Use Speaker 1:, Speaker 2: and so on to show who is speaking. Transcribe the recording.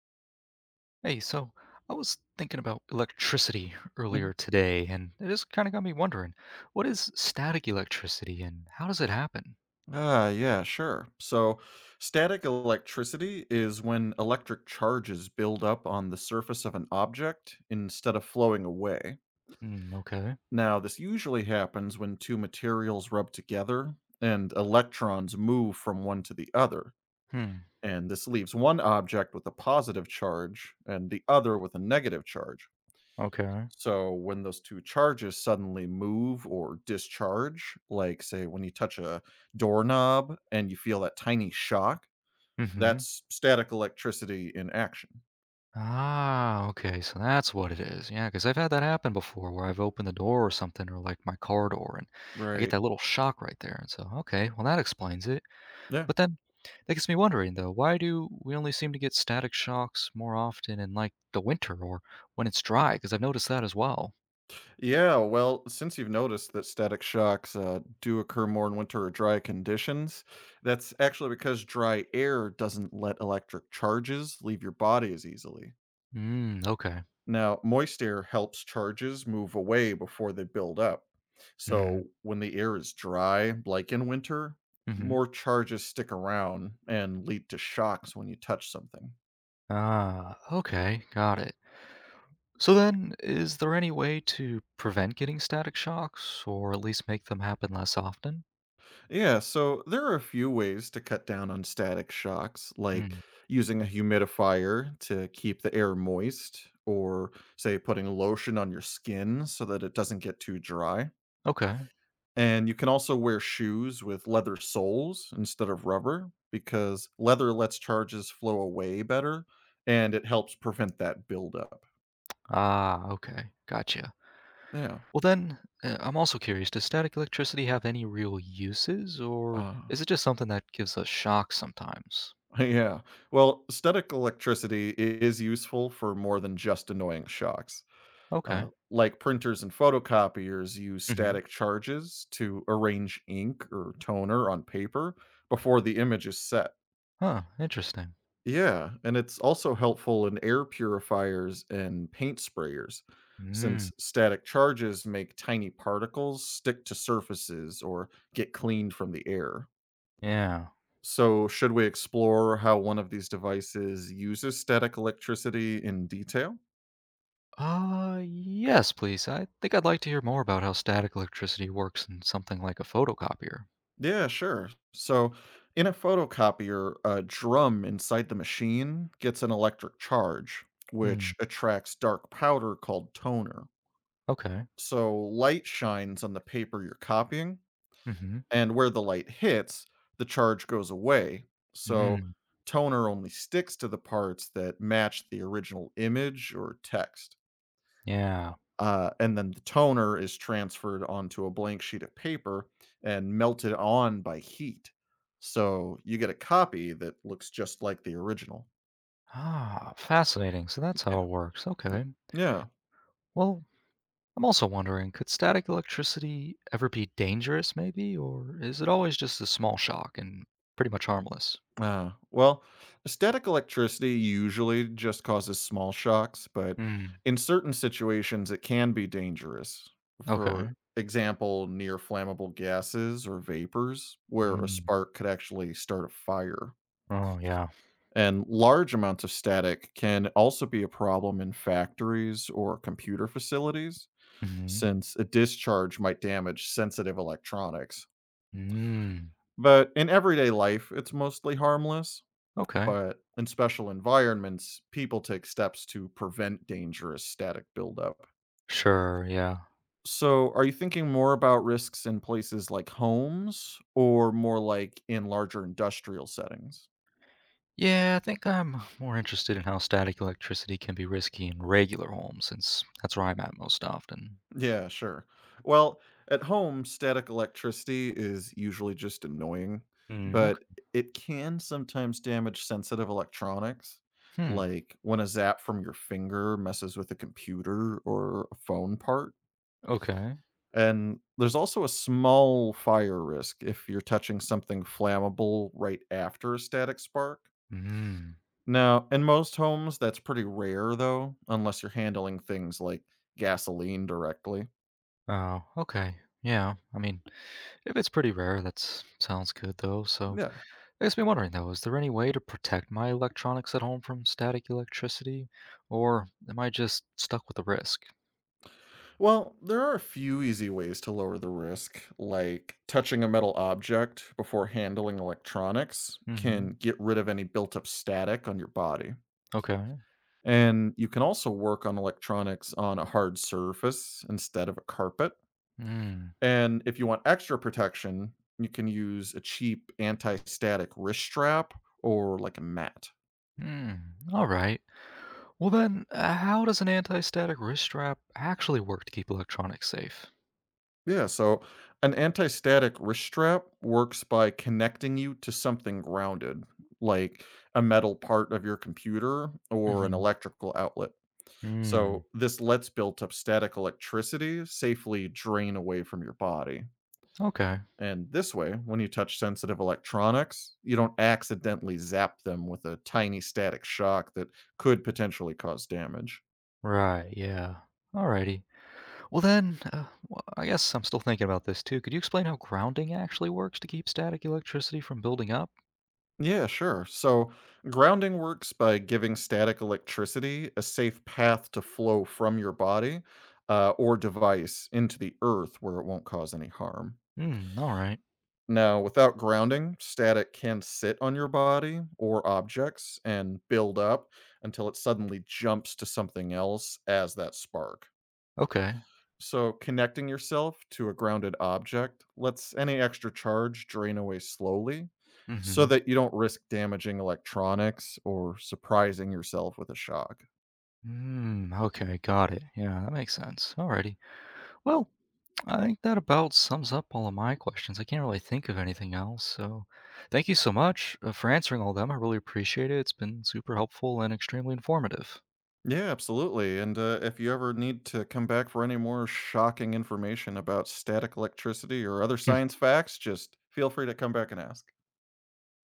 Speaker 1: Hey, so I was thinking about electricity
Speaker 2: Mhm.
Speaker 1: earlier today, and it just kind of got me wondering, what is static electricity and how does it happen?
Speaker 2: Ah, yeah, sure. So, static electricity is when electric charges build up on the surface of an object instead of flowing away.
Speaker 1: Hmm, okay.
Speaker 2: Now, this usually happens when two materials rub together and electrons move from one to the other.
Speaker 1: Hmm,
Speaker 2: And this leaves one object with a positive charge and the other with a negative charge.
Speaker 1: okay.
Speaker 2: So when those 2 charges suddenly move or discharge, like, say, when you touch a doorknob and you feel that tiny shock,
Speaker 1: Mm-hmm.
Speaker 2: that's static electricity in action.
Speaker 1: Ah, okay, so that's what it is. Yeah, because I've had that happen before where I've opened the door or something, or like my car door, and I get
Speaker 2: Right.
Speaker 1: that little shock right there. And so, okay, well, that explains it.
Speaker 2: Yeah.
Speaker 1: But then that gets me wondering, though, why do we only seem to get static shocks more often in like the winter or when it's dry? Because I've noticed that as well.
Speaker 2: Yeah, well, since you've noticed that static shocks, do occur more in winter or dry conditions, that's actually because dry air doesn't let electric charges leave your body as easily.
Speaker 1: Mm, okay.
Speaker 2: Now, moist air helps charges move away before they build up.
Speaker 1: Mm,
Speaker 2: So, when the air is dry, like in winter,
Speaker 1: hmm.
Speaker 2: more charges stick around and lead to shocks when you touch something.
Speaker 1: Ah, okay, got it. So then, is there any way to prevent getting static shocks, or at least make them happen less often?
Speaker 2: Yeah, so there are a few ways to cut down on static shocks, like
Speaker 1: Mm,
Speaker 2: using a humidifier to keep the air moist, or say putting lotion on your skin so that it doesn't get too dry.
Speaker 1: okay.
Speaker 2: And you can also wear shoes with leather soles instead of rubber because leather lets charges flow away better and it helps prevent that buildup.
Speaker 1: Ah, okay, gotcha.
Speaker 2: Yeah.
Speaker 1: Well then, I'm also curious, does static electricity have any real uses, or
Speaker 2: Uh,
Speaker 1: is it just something that gives us shocks sometimes?
Speaker 2: yeah. Well, static electricity is useful for more than just annoying shocks.
Speaker 1: Okay.
Speaker 2: Like printers and photocopiers use
Speaker 1: Mm-hmm.
Speaker 2: static charges to arrange ink or toner on paper before the image is set.
Speaker 1: Huh, interesting.
Speaker 2: Yeah, and it's also helpful in air purifiers and paint sprayers,
Speaker 1: Mm,
Speaker 2: since static charges make tiny particles stick to surfaces or get cleaned from the air.
Speaker 1: yeah.
Speaker 2: So, should we explore how one of these devices uses static electricity in detail?
Speaker 1: Yes, please. I think I'd like to hear more about how static electricity works in something like a photocopier.
Speaker 2: Yeah, sure. So, in a photocopier, a drum inside the machine gets an electric charge,
Speaker 1: Hmm.
Speaker 2: which attracts dark powder called toner.
Speaker 1: Okay.
Speaker 2: So light shines on the paper you're copying,
Speaker 1: Mm-hmm.
Speaker 2: and where the light hits, the charge goes away. So
Speaker 1: Mm.
Speaker 2: toner only sticks to the parts that match the original image or text.
Speaker 1: Yeah.
Speaker 2: And then the toner is transferred onto a blank sheet of paper and melted on by heat. So you get a copy that looks just like the original.
Speaker 1: Ah, fascinating. So that's how
Speaker 2: Yeah.
Speaker 1: it works. Okay.
Speaker 2: Yeah.
Speaker 1: Well, I'm also wondering, could static electricity ever be dangerous, maybe, or is it always just a small shock and pretty much harmless?
Speaker 2: Ah, well, static electricity usually just causes small shocks, but
Speaker 1: Hmm.
Speaker 2: in certain situations, it can be dangerous.
Speaker 1: Okay.
Speaker 2: For example, near flammable gases or vapors, where a
Speaker 1: Mm.
Speaker 2: spark could actually start a fire.
Speaker 1: Oh, yeah.
Speaker 2: And large amounts of static can also be a problem in factories or computer facilities,
Speaker 1: Mm-hmm.
Speaker 2: since a discharge might damage sensitive electronics.
Speaker 1: Mm.
Speaker 2: But in everyday life, it's mostly harmless.
Speaker 1: Okay.
Speaker 2: But in special environments, people take steps to prevent dangerous static buildup.
Speaker 1: Sure. Yeah.
Speaker 2: So, are you thinking more about risks in places like homes or more like in larger industrial settings?
Speaker 1: Yeah, I think I'm more interested in how static electricity can be risky in regular homes, since that's where I'm at most often.
Speaker 2: Yeah, sure. Well, at home, static electricity is usually just annoying,
Speaker 1: Hmm.
Speaker 2: but
Speaker 1: Okay.
Speaker 2: it can sometimes damage sensitive electronics,
Speaker 1: Hmm.
Speaker 2: like when a zap from your finger messes with a computer or a phone part.
Speaker 1: Okay.
Speaker 2: And there's also a small fire risk if you're touching something flammable right after a static spark.
Speaker 1: Hmm.
Speaker 2: Now, in most homes, that's pretty rare though, unless you're handling things like gasoline directly.
Speaker 1: Oh. Okay. Yeah. I mean, if it's pretty rare, that sounds good though. So,
Speaker 2: Yeah.
Speaker 1: it makes me wondering though: is there any way to protect my electronics at home from static electricity, or am I just stuck with the risk?
Speaker 2: Well, there are a few easy ways to lower the risk, like touching a metal object before handling electronics
Speaker 1: Mm Hmm.
Speaker 2: can get rid of any built up static on your body.
Speaker 1: Okay.
Speaker 2: And you can also work on electronics on a hard surface instead of a carpet.
Speaker 1: Hmm.
Speaker 2: And if you want extra protection, you can use a cheap anti-static wrist strap or like a mat.
Speaker 1: Hmm. All right. Well, then, how does an anti static wrist strap actually work to keep electronics safe?
Speaker 2: Yeah, so an anti-static wrist strap works by connecting you to something grounded, like a metal part of your computer or an
Speaker 1: Mm-hmm.
Speaker 2: electrical outlet.
Speaker 1: Hmm. Mm,
Speaker 2: So this lets built up static electricity safely drain away from your body.
Speaker 1: okay.
Speaker 2: And this way, when you touch sensitive electronics, you don't accidentally zap them with a tiny static shock that could potentially cause damage.
Speaker 1: Right, yeah. Alrighty. Well, then, I guess I'm still thinking about this too. Could you explain how grounding actually works to keep static electricity from building up?
Speaker 2: Yeah, sure. So, grounding works by giving static electricity a safe path to flow from your body or device into the earth where it won't cause any harm.
Speaker 1: Hmm. Alright.
Speaker 2: Now, without grounding, static can sit on your body or objects and build up until it suddenly jumps to something else as that spark.
Speaker 1: Okay.
Speaker 2: So, connecting yourself to a grounded object lets any extra charge drain away slowly
Speaker 1: Mm
Speaker 2: so
Speaker 1: hmm.
Speaker 2: that you don't risk damaging electronics or surprising yourself with a shock.
Speaker 1: Mm, okay, got it. Yeah, that makes sense. Alrighty. Well, I think that about sums up all of my questions. I can't really think of anything else. So, thank you so much for answering all of them. I really appreciate it. It's been super helpful and extremely informative.
Speaker 2: Yeah, absolutely. And if you ever need to come back for any more shocking information about static electricity or other science facts, just feel free to come back and ask.